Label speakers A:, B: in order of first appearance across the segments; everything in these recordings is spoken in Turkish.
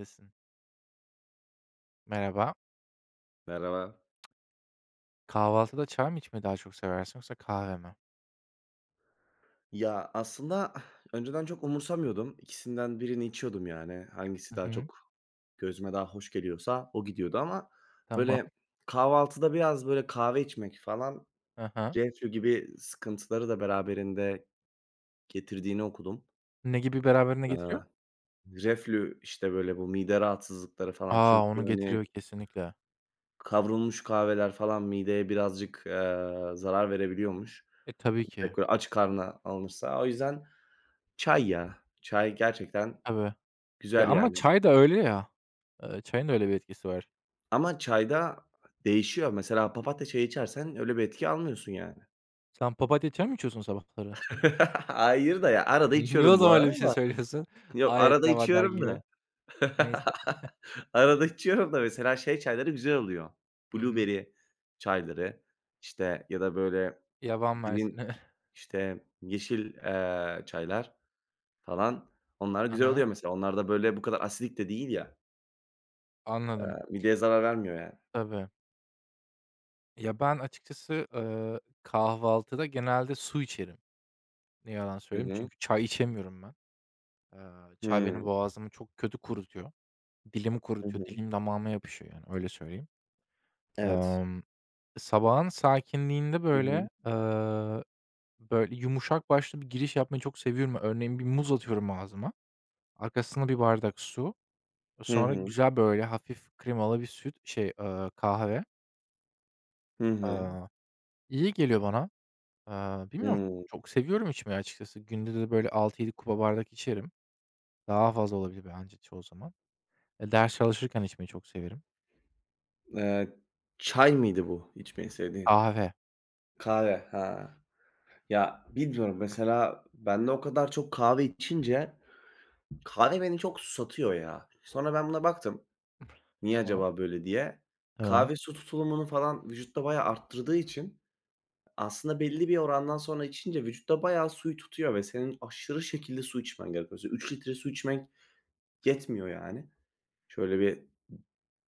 A: Haklısın. Merhaba.
B: Merhaba.
A: Kahvaltıda çay mı içmeyi daha çok seversin yoksa kahve mi?
B: Ya, aslında önceden çok umursamıyordum. İkisinden birini içiyordum yani.
A: Hı
B: Hangisi daha
A: hı.
B: çok gözüme daha hoş geliyorsa o gidiyordu ama
A: Tamam.
B: böyle kahvaltıda biraz böyle kahve içmek falan
A: Hı hı.
B: reflü gibi sıkıntıları da beraberinde getirdiğini okudum.
A: Ne gibi beraberine
B: Eee,
A: getiriyor?
B: reflü, işte, böyle bu mide rahatsızlıkları falan
A: A!
B: çünkü,
A: Onu
B: hani,
A: getiriyor kesinlikle.
B: kavrulmuş kahveler falan mideye birazcık, zarar verebiliyormuş.
A: E, tabii ki.
B: Direkt böyle aç karnına alınırsa. O yüzden çay ya. Çay gerçekten
A: Tabii. Ya,
B: güzel
A: ama
B: yani.
A: çay da öyle ya. Çayın da öyle bir etkisi var.
B: Ama çayda değişiyor. Mesela papatya çayı içersen öyle bir etki almıyorsun yani.
A: Sen papatya çay mı içiyorsun sabahları?
B: Hayır da ya arada
A: Niye o
B: içiyorum bu
A: zaman öyle
B: arada
A: bir şey
B: ama.
A: söylüyorsun?
B: Yok arada
A: Ayetler var der
B: içiyorum
A: gibi.
B: da.
A: Neyse.
B: Arada içiyorum da mesela şey çayları güzel oluyor.
A: Hı hı.
B: Blueberry çayları, işte, ya da böyle
A: Yaban
B: green,
A: mersini. Hı
B: işte, yeşil, çaylar falan. Onlar güzel
A: hı.
B: oluyor mesela. Onlar da böyle bu kadar asidik de değil ya.
A: Anladım.
B: Mideye zarar vermiyor yani.
A: Tabii. Ya, ben açıkçası, kahvaltıda genelde su içerim. Ne yalan
B: Hı
A: söyleyeyim
B: hı.
A: çünkü çay içemiyorum ben. Çay benim boğazımı çok kötü kurutuyor. Dilimi
B: Hı
A: kurutuyor,
B: hı.
A: dilim damağıma yapışıyor yani öyle söyleyeyim.
B: Evet.
A: Emm, Sabahın sakinliğinde,
B: Hı hı.
A: böyle, böyle, yumuşak başlı bir giriş yapmayı çok seviyorum. Örneğin bir muz atıyorum ağzıma, arkasına bir bardak su,
B: Hı
A: sonra
B: hı.
A: güzel, böyle, hafif kremalı bir süt, şey, kahve.
B: Hı hı.
A: Eee, iyi geliyor bana. Eee, Bilmiyorum,
B: Hımm.
A: çok seviyorum içmeyi açıkçası. Günde de, böyle, altı yedi kupa bardak içerim. Daha fazla olabilir bence çoğu zaman. Ders çalışırken içmeyi çok severim.
B: Eee, çay mıydı bu içmeyi sevdiğin?
A: Kahve.
B: Kahve, ha. Ya, bilmiyorum, mesela ben de o kadar çok kahve içince kahve beni çok satıyor ya. Sonra ben buna baktım, niye
A: Tamam.
B: acaba böyle diye.
A: Tamam.
B: Kahve su tutulumunu falan vücutta bayağı arttırdığı için aslında belli bir orandan sonra içince vücutta bayağı suyu tutuyor ve senin aşırı şekilde su içmen gerekiyor. Mesela 3 litre su içmek yetmiyor yani. Şöyle bir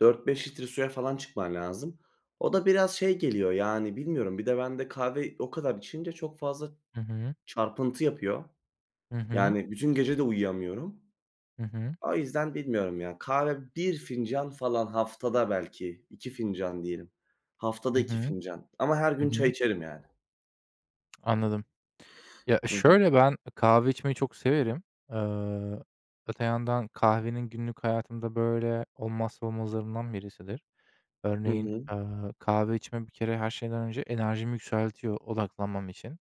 B: 4-5 litre suya falan çıkman lazım. O da biraz şey geliyor, yani, bilmiyorum. Bir de ben de kahve o kadar içince çok fazla
A: Hı hı.
B: çarpıntı yapıyor.
A: Hı hı.
B: Yani bütün gece de uyuyamıyorum.
A: Hı hı.
B: O yüzden bilmiyorum ya. Kahve bir fincan falan haftada belki, 2 fincan diyelim. Haftada
A: Hı
B: 2
A: hı.
B: fincan ama her
A: Hı
B: gün çay
A: hı.
B: içerim yani.
A: Anladım. Ya,
B: Hı hı.
A: şöyle, ben kahve içmeyi çok severim. Eee, Öte yandan kahvenin günlük hayatımda, böyle, olmazsa olmazlarından birisidir.
B: Hı
A: Örneğin,
B: hı.
A: kahve içme bir kere her şeyden önce enerjimi yükseltiyor odaklanmam için.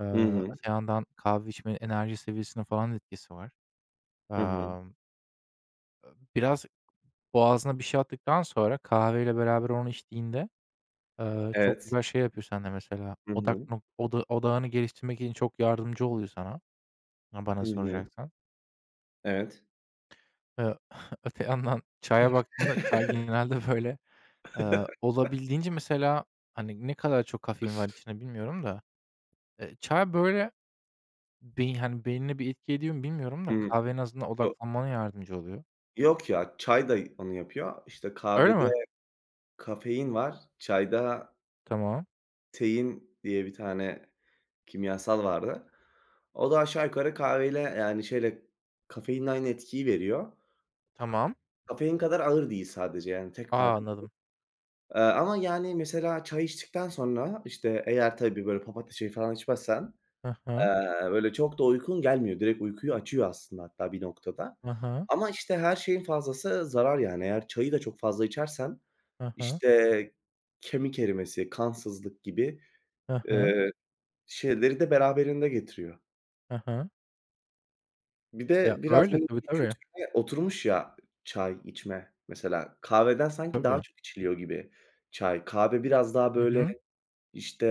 A: Eee,
B: Hı hı.
A: Öte yandan kahve içmenin enerji seviyesine falan etkisi var.
B: Hı hı.
A: Emm, Biraz. Boğazına bir şey attıktan sonra kahveyle beraber onu içtiğinde, çok
B: Evet.
A: güzel şey yapıyor sende mesela,
B: Hı hı.
A: odak nok oda odağını geliştirmek için çok yardımcı oluyor sana, ha,
B: Hı
A: bana
B: hı.
A: soracaksan.
B: Evet.
A: Eee, Öte yandan çaya baktığında çay genelde böyle, olabildiğince mesela, hani, ne kadar çok kafein var içinde bilmiyorum da, çay böyle hani, beynine bir etki ediyor mu bilmiyorum da
B: Hımm.
A: kahve en azından
B: Yo
A: odaklanmana yardımcı oluyor.
B: yok ya, çay da onu yapıyor. İşte
A: Öyle
B: kahvede
A: mi?
B: kafein var, çayda
A: Tamam,
B: tein diye bir tane kimyasal vardı. O da aşağı yukarı kahveyle, yani, şeyle, kafeinle aynı etkiyi veriyor.
A: tamam.
B: Kafein kadar ağır değil sadece, yani, tek
A: A,
B: farkı
A: anladım.
B: Ama, yani, mesela çay içtikten sonra, işte, eğer tabii böyle papatya çayı falan içmezsen,
A: Hı hı.
B: böyle çok da uykun gelmiyor. Direkt uykuyu açıyor aslında hatta bir noktada.
A: Hı hı.
B: Ama, işte, her şeyin fazlası zarar, yani. Eğer çayı da çok fazla içersen,
A: Hı hı.
B: işte, kemik erimesi, kansızlık gibi,
A: Hı hı.
B: eee şeyleri de beraberinde getiriyor.
A: Hı hı.
B: Bir
A: Ya,
B: de biraz hı.
A: öyle.
B: böyle
A: Tabii,
B: Türk
A: tabii.
B: kültürüne oturmuş ya çay içme mesela. Kahveden sanki daha
A: Tabii.
B: çok içiliyor gibi çay. Kahve biraz daha
A: Hı
B: böyle,
A: hı.
B: işte,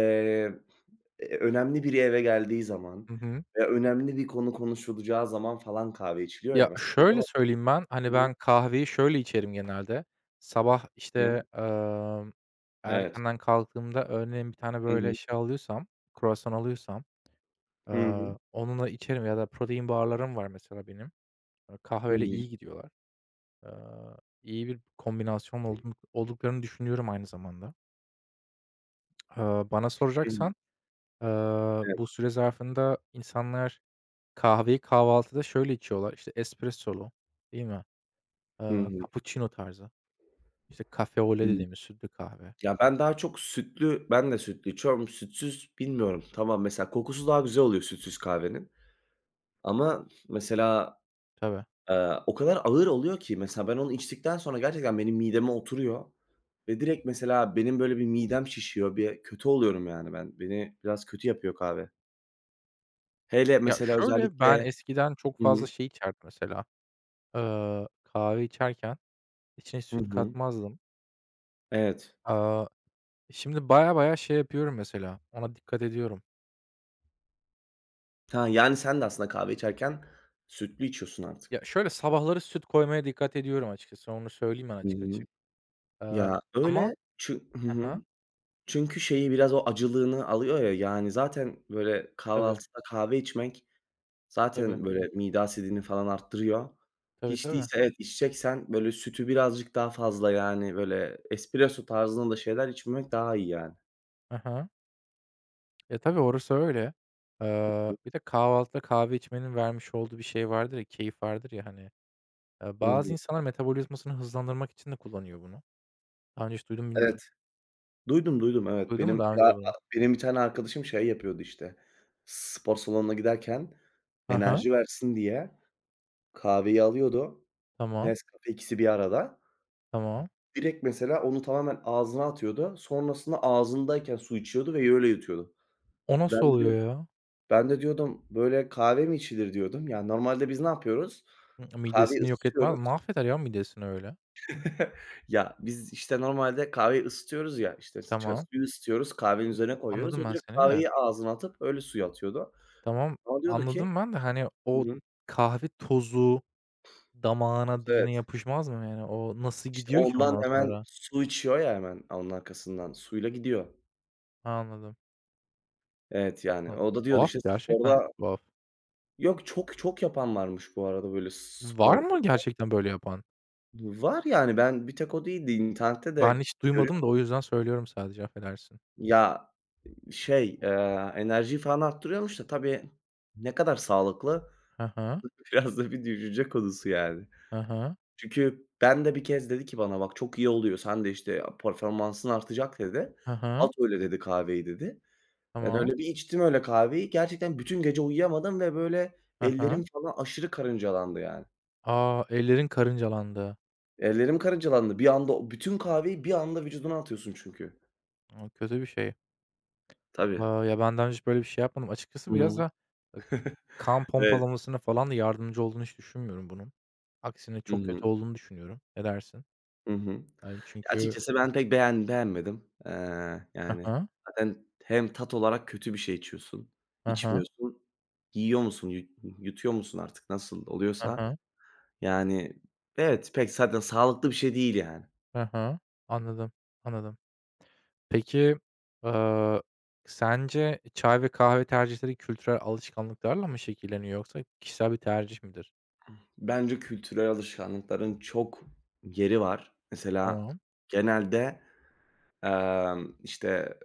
B: önemli biri eve geldiği zaman
A: Hı hı.
B: veya önemli bir konu konuşulacağı zaman falan kahve içiliyor ya
A: Ya,
B: mesela. O
A: şöyle
B: zaman
A: söyleyeyim ben,
B: Hı
A: hani, ben kahveyi şöyle içerim genelde. Sabah,
B: hı.
A: işte,
B: Evet.
A: erkenden kalktığımda örneğin bir tane,
B: Hı
A: böyle,
B: hı.
A: şey alıyorsam, kruvasan alıyorsam,
B: Hı hı.
A: onunla içerim ya da protein barlarım var mesela benim.
B: Hı
A: Kahveyle
B: hı.
A: iyi gidiyorlar. Eee, iyi bir kombinasyon olduklarını düşünüyorum aynı zamanda. Eee, Bana
B: Hı hı.
A: soracaksan, eee, bu
B: Evet.
A: süre zarfında insanlar kahveyi kahvaltıda şöyle içiyorlar, işte, espressolu, değil mi?
B: Hı hı.
A: Kapuçino tarzı, işte, cafe au
B: Hı
A: lait
B: hı.
A: dediğimiz sütlü kahve.
B: Ya, ben de sütlü içiyorum. Sütsüz bilmiyorum. Tamam, mesela kokusu daha güzel oluyor sütsüz kahvenin. Ama mesela,
A: Tabii.
B: o kadar ağır oluyor ki mesela ben onu içtikten sonra gerçekten benim mideme oturuyor ve direkt mesela benim böyle bir midem şişiyor, bir kötü oluyorum yani ben. Beni biraz kötü yapıyor kahve. Hele
A: Ya,
B: mesela
A: şöyle, ben
B: özellikle
A: eskiden çok
B: Hı
A: fazla
B: hı.
A: şey içerdim mesela, kahve içerken içine
B: Hı
A: süt
B: hı.
A: katmazdım.
B: Evet.
A: Aaa, Şimdi baya baya şey yapıyorum mesela, ona dikkat ediyorum.
B: Ha, yani sen de aslında kahve içerken sütlü içiyorsun
A: Ya,
B: artık.
A: şöyle, sabahları süt koymaya dikkat ediyorum açıkçası, onu söyleyeyim ben
B: Hı
A: açık
B: hı.
A: açık. Eee,
B: Ya,
A: Ama.
B: öyle çü Hı
A: Hı
B: hı.
A: hı.
B: Çünkü şeyi biraz o acılığını alıyor ya, yani zaten böyle
A: Tabii,
B: kahvaltıda kahve içmek
A: tabii.
B: zaten böyle mide asidini falan arttırıyor.
A: Tabii,
B: Hiç
A: tabii.
B: değilse evet, içeceksen böyle sütü birazcık daha fazla, yani, böyle espresso tarzında şeyler içmemek daha iyi yani.
A: Hı hı. Ya, tabii orası öyle. Bir de kahvaltıda kahve içmenin vermiş olduğu bir şey vardır ya, keyif vardır ya, hani.
B: Hı
A: Bazı
B: hı.
A: insanlar metabolizmasını hızlandırmak için de kullanıyor bunu. Daha önce hiç duydun
B: Evet.
A: bilmiyorum.
B: Duydum, duydum, evet.
A: Duydun mu
B: Benim
A: daha
B: ya,
A: önce bunu?
B: benim bir tane arkadaşım şey yapıyordu, işte, spor salonuna giderken
A: Aha.
B: enerji versin diye kahveyi alıyordu,
A: Tamam,
B: Nescafe ikisi bir arada.
A: tamam.
B: Direkt mesela onu tamamen ağzına atıyordu. Sonrasında ağzındayken su içiyordu ve öyle yutuyordu.
A: O nasıl
B: Ben de
A: oluyor ya?
B: Ben de diyordum, "Böyle kahve mi içilir?" diyordum. Ya, normalde biz ne yapıyoruz?
A: Hımm,
B: Kahveyi
A: midesini yok etmez
B: ısıtıyoruz.
A: mahveder ya midesini öyle.
B: Ya, biz, işte, normalde kahveyi ısıtıyoruz ya, işte,
A: Tamam,
B: suyu ısıtıyoruz, kahvenin üzerine koyuyoruz.
A: anladım
B: O
A: ben
B: direkt
A: seni de.
B: kahveyi ağzına atıp öyle suyu atıyordu.
A: Tamam,
B: Ama diyordu ki
A: anladım ben de, hani,
B: Hı
A: o
B: hı.
A: kahve tozu damağına, diline
B: Evet.
A: yapışmaz mı yani? O nasıl
B: işte
A: gidiyor ki
B: ondan
A: ondan
B: hemen
A: sonra?
B: su içiyor ya hemen onun arkasından. Suyla gidiyor.
A: Ha, anladım.
B: Evet, yani,
A: Hı,
B: o da diyordu,
A: tuhaf,
B: işte,
A: gerçekten
B: sporda
A: çok tuhaf.
B: Yok, çok çok yapan varmış bu arada böyle
A: Var
B: sporda.
A: mı gerçekten böyle yapan?
B: Var yani ben bir tek o değildi. İnternette
A: Ben
B: de
A: hiç
B: görüyorum
A: duymadım da o yüzden söylüyorum sadece, affedersin.
B: Ya Şey, enerjiyi falan arttırıyormuş da tabii ne kadar sağlıklı
A: Hı hı.
B: biraz da bir düşünce konusu yani.
A: Hı hı.
B: Çünkü ben de bir kez dedi ki bana, "Bak çok iyi oluyor, sen de işte performansın artacak," dedi.
A: Hı
B: "At
A: hı.
B: öyle," dedi, "kahveyi," dedi. Ben
A: Tamam.
B: öyle bir içtim öyle kahveyi, gerçekten bütün gece uyuyamadım ve böyle
A: Hı hı.
B: ellerim falan aşırı karıncalandı yani.
A: A! Ellerin karıncalandı.
B: Ellerim karıncalandı. Bir anda o bütün kahveyi bir anda vücuduna atıyorsun çünkü.
A: O kötü bir şey.
B: Tabii.
A: A, ya, ben daha önce hiç böyle bir şey yapmadım.
B: Hı
A: Açıkçası biraz
B: hı.
A: da, eee, kan
B: Evet.
A: pompalamasına falan da yardımcı olduğunu hiç düşünmüyorum bunun. Aksine
B: Hı
A: çok kötü
B: hı.
A: olduğunu düşünüyorum. Ne dersin?
B: Hı hı.
A: Yani, çünkü.
B: Açıkçası ben pek beğenmedim.
A: Hı
B: Yani
A: hı.
B: zaten hem tat olarak kötü bir şey içiyorsun,
A: Hı hı.
B: içmiyorsun, yiyor musun, yutuyor musun artık nasıl
A: Hı
B: oluyorsa.
A: hı.
B: Yani evet, pek zaten sağlıklı bir şey değil yani.
A: Hı hı. Anladım, anladım. Peki, eee, sence çay ve kahve tercihleri kültürel alışkanlıklarla mı şekilleniyor yoksa kişisel bir tercih midir?
B: Bence kültürel alışkanlıkların çok yeri var. Mesela
A: Tamam.
B: genelde, işte,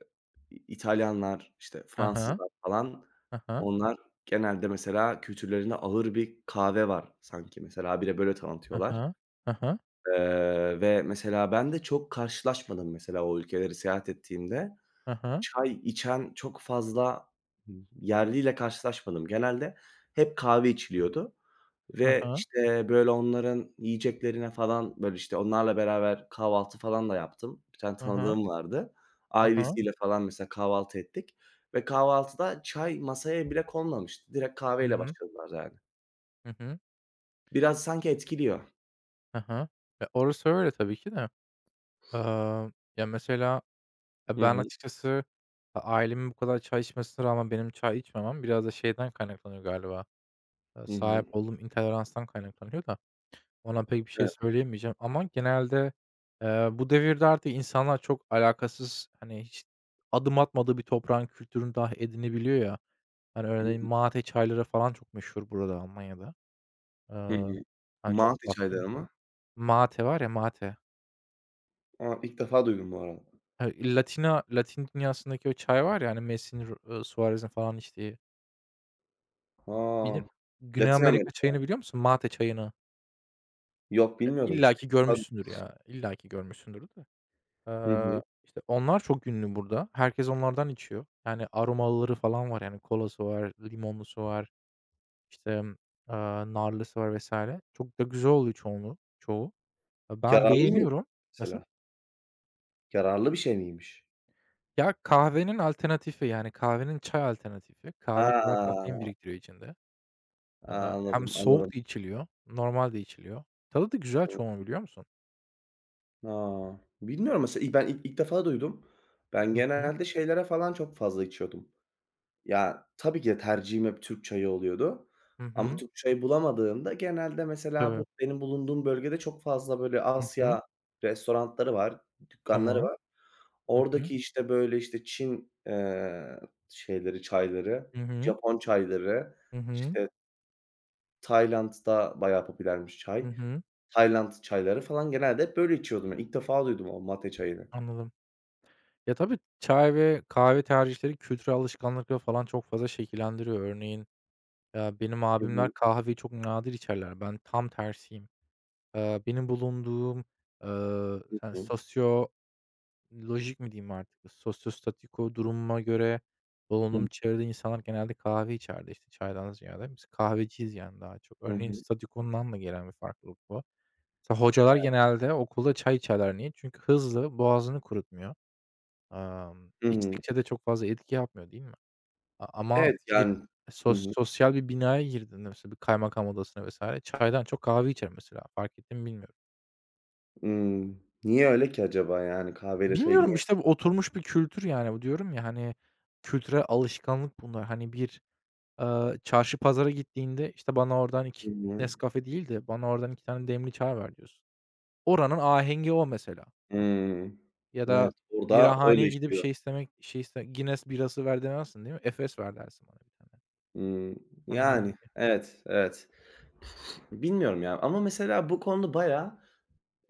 B: İtalyanlar, işte,
A: Hı hı.
B: Fransızlar falan
A: Hı hı.
B: onlar genelde mesela kültürlerinde ağır bir kahve var sanki mesela habire böyle
A: Hı
B: tanıtıyorlar.
A: hı. Hı hı.
B: Ve mesela ben de çok karşılaşmadım mesela o ülkeleri seyahat ettiğimde.
A: Hı hı.
B: Çay içen çok fazla yerliyle karşılaşmadım. Genelde hep kahve içiliyordu
A: Hı
B: ve,
A: hı.
B: işte, böyle, onların yiyeceklerine falan, böyle, işte, onlarla beraber kahvaltı falan da yaptım. Bir tane
A: Hı hı.
B: tanıdığım vardı.
A: Hı hı.
B: Ailesiyle falan mesela kahvaltı ettik ve kahvaltıda çay masaya bile konmamıştı. Direkt
A: Hı
B: kahveyle
A: hı.
B: başladılar yani.
A: Hı hı.
B: Biraz sanki etkiliyor.
A: Hı hı. Ya, orası öyle tabii ki de. Eee, Ya, mesela, ya,
B: Hı
A: ben
B: hı.
A: açıkçası ailemin bu kadar çay içmesine rağmen benim çay içmemem biraz da şeyden kaynaklanıyor galiba,
B: Hı hı.
A: sahip olduğum intoleranstan kaynaklanıyor da. Ona pek bir şey
B: Evet.
A: söyleyemeyeceğim ama genelde, bu devirde artık insanlar çok alakasız, hani, hiç adım atmadığı bir toprağın kültürünü dahi edinebiliyor ya. Hani, örneğin mate çayları falan çok meşhur burada Almanya'da. Eee,
B: Hımm.
A: Hani, çok
B: Mate
A: tuhaf değil mi?
B: çayları mı?
A: Mate var ya mate.
B: A, ilk defa duydum bu arada.
A: Ha, Latin dünyasındaki o çay var ya, hani, Messi'nin, Suarez'in falan içtiği.
B: A!
A: Bilir Güney
B: Latin Amerika.
A: Amerika çayını biliyor musun? Mate çayını.
B: Yok,
A: Ya
B: bilmiyordum işte.
A: illaki görmüşsündür ya. İllaki görmüşsündür de.
B: Hı hı.
A: İşte, onlar çok ünlü burada. Herkes onlardan içiyor. Yani aromalıları falan var, yani kolası var, limonlusu var, işte, eee, narlısı var vesaire. Çok da güzel oluyor çoğu. E, ben
B: Yararlı mı
A: beğeniyorum. Nasıl?
B: mesela? Yararlı bir şey miymiş?
A: Ya, kahvenin alternatifi, yani kahvenin çay alternatifi. Kahve kadar
B: A!
A: kafein biriktiriyor içinde.
B: A,
A: Hem
B: anladım, anladım.
A: soğuk da içiliyor, normal de içiliyor. Tadı da güzel çoğunu biliyor musun?
B: A! Bilmiyorum mesela ilk defa duydum. Ben
A: Hı hı.
B: genelde şeylere falan çok fazla içiyordum. Ya, tabii ki de tercihim hep Türk çayı oluyordu
A: Hı
B: ama
A: hı.
B: Türk çayı bulamadığımda genelde mesela
A: Tabii.
B: bu benim bulunduğum bölgede çok fazla böyle
A: Hı hı.
B: Asya restoranları var, dükkânları
A: Tamam. Hı hı.
B: oradaki, işte, böyle, işte, Çin, şeyleri, çayları,
A: Hı hı.
B: Japon çayları,
A: Hı hı.
B: işte, Tayland'da bayağı popülermiş
A: Hı
B: çay.
A: hı.
B: Tayland çayları falan genelde hep böyle içiyordum. Yani ilk defa duydum o mate çayını.
A: Anladım. Ya, tabii çay ve kahve tercihleri kültürel alışkanlıkları falan çok fazla şekillendiriyor. Örneğin, ya, benim
B: Hı
A: abimler
B: hı.
A: kahveyi çok nadir içerler. Ben tam tersiyim. Benim bulunduğum,
B: Hı
A: yani,
B: hı.
A: sosyolojik mi diyeyim artık, sosyostatiko durumuma göre
B: Hı.
A: bulunduğum çevrede insanlar genelde kahve içerdi, işte, çaydan ziyade. Biz kahveciyiz, yani, daha çok.
B: Hı
A: Örneğin
B: hı.
A: statikondan da gelen bir farklılık bu. Mesela hocalar genelde okulda çay içerler. Niye? Çünkü hızlı, boğazını kurutmuyor.
B: Hı hı.
A: İçtikçe de çok fazla etki yapmıyor, değil mi? A ama
B: Evet,
A: bir
B: yani. Hı
A: sos
B: hı.
A: sosyal bir binaya girdiğinde mesela bir kaymakam odasına vesaire çaydan çok kahve içerim mesela. Fark ettin mi bilmiyorum.
B: Imm. Niye öyle ki acaba, yani? Kahveyle çayı
A: Bilmiyorum,
B: niye
A: işte, bu oturmuş bir kültür yani. Bu diyorum ya, hani, kültürel alışkanlık bunlar. Hani, bir, çarşı pazara gittiğinde, işte, bana oradan 2
B: bizim? Hı hı.
A: Nescafe değil de bana oradan 2 tane demli çay ver diyorsun. Oranın ahengi o mesela.
B: Hımm.
A: Ya da
B: Evet, burada öyle
A: birahaneye gidip
B: işliyor.
A: şey istemek, şey iste Guinness birası ver demezsin, değil mi? Efes ver dersin bana bir tane.
B: Imm,
A: Onun gibi.
B: yani. Evet, evet. Bilmiyorum ya ama mesela bu konuda bayağı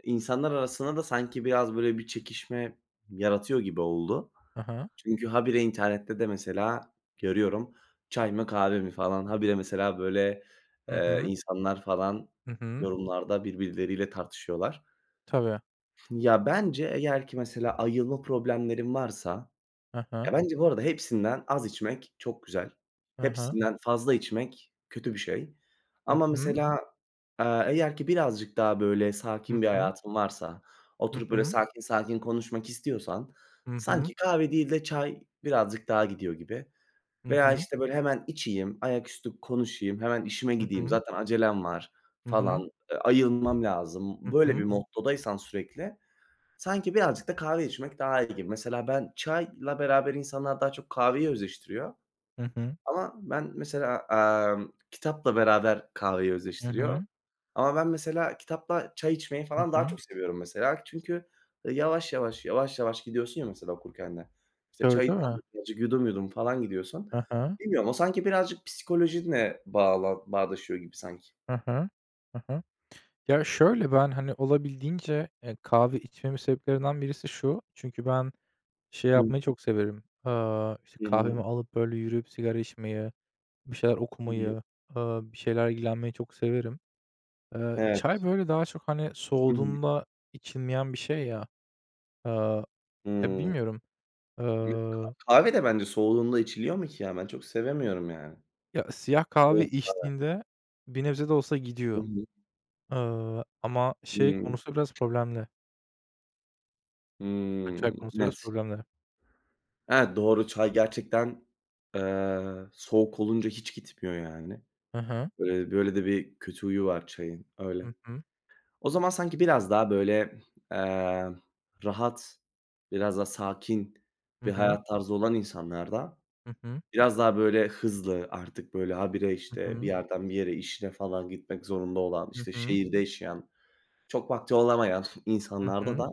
B: İnsanlar arasında da sanki biraz böyle bir çekişme yaratıyor gibi oldu.
A: Aha,
B: Çünkü habire internette de mesela görüyorum, çay mı kahve mi falan habire mesela böyle,
A: hı. Hı hı.
B: insanlar falan
A: Hı hı.
B: yorumlarda birbirleriyle tartışıyorlar.
A: Tabii.
B: Ya, bence eğer ki mesela ayılma problemlerin varsa ya,
A: Aha,
B: bence bu arada hepsinden az içmek çok güzel.
A: hı.
B: Hepsinden fazla içmek kötü bir şey.
A: Hı
B: Ama
A: hı.
B: mesela, eğer ki birazcık daha böyle
A: Hı
B: sakin bir
A: hı.
B: hayatın varsa,
A: Hı
B: oturup böyle
A: hı.
B: sakin sakin konuşmak istiyorsan
A: Hı hı.
B: sanki kahve değil de çay birazcık daha gidiyor gibi.
A: Hı
B: Veya,
A: hı.
B: işte, böyle hemen içeyim, ayaküstü konuşayım, hemen işime
A: Hı
B: gideyim,
A: hı.
B: zaten acelem var
A: Hı hı.
B: falan, ayılmam lazım.
A: Hı
B: Böyle
A: hı.
B: bir moddodaysan sürekli sanki birazcık da kahve içmek daha iyi gibi. Mesela ben çayla beraber insanlar daha çok kahveyi özleştiriyor.
A: Hı hı.
B: Ama ben mesela, kitapla beraber kahveyi
A: Hı hı. Hı
B: özleştiriyor.
A: hı.
B: Ama ben mesela kitapla çay içmeyi falan daha çok seviyorum mesela. Çünkü, yavaş yavaş, yavaş yavaş gidiyorsun ya mesela okurken de. İşte
A: Tabii,
B: çayından
A: tabii.
B: da birazcık yudum yudum falan gidiyorsun.
A: Hı hı.
B: Bilmiyorum, o sanki birazcık psikolojinle bağdaşıyor gibi sanki.
A: Hı. Ya, şöyle, ben, hani, olabildiğince, kahve içmemin sebeplerinden birisi şu: Çünkü ben şey
B: Hı.
A: yapmayı çok severim, işte,
B: Hı hı.
A: kahvemi alıp, böyle, yürüyüp sigara içmeyi, bir şeyler
B: Hı hı.
A: okumayı, bir şeyler ilgilenmeyi çok severim.
B: Evet.
A: Çay, böyle, daha çok, hani,
B: Hı hı.
A: soğuduğunda içilmeyen bir şey ya. Aaa, Ya,
B: Hıı.
A: bilmiyorum.
B: Mesela ka
A: Iıı,
B: kahve de bence soğuduğunda içiliyor mu ki ya? Ben çok sevemiyorum yani.
A: Ya, siyah
B: O
A: kahve içtiğinde bir nebze de olsa
B: Hı
A: gidiyor.
B: hı.
A: Ama şey
B: Hımm.
A: konusu biraz problemli. Çay
B: Hımm.
A: konusu
B: Evet.
A: biraz problemli.
B: Evet, doğru. Çay gerçekten, soğuk olunca hiç gitmiyor yani.
A: Hı hı.
B: Böyle böyle de bir kötü huyu var çayın. Öyle.
A: Hı hı.
B: O zaman sanki biraz daha böyle, eee, rahat, biraz daha sakin
A: Hı
B: bir
A: hı.
B: hayat tarzı olan insanlarda
A: Hı hı.
B: biraz daha böyle hızlı artık böyle habire,
A: Hı
B: işte, bir
A: hı.
B: yerden bir yere, işine falan gitmek zorunda olan,
A: Hı
B: işte,
A: hı.
B: şehirde yaşayan çok vakti olamayan
A: Hı
B: insanlarda
A: hı.
B: da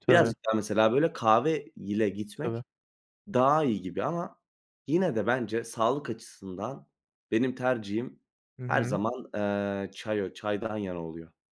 A: Tabii,
B: birazcık daha mesela böyle kahve ile
A: tabii.
B: gitmek daha iyi gibi ama yine de bence sağlık açısından benim tercihim
A: Hı
B: her
A: hı.
B: zaman, o çaydan yana oluyor.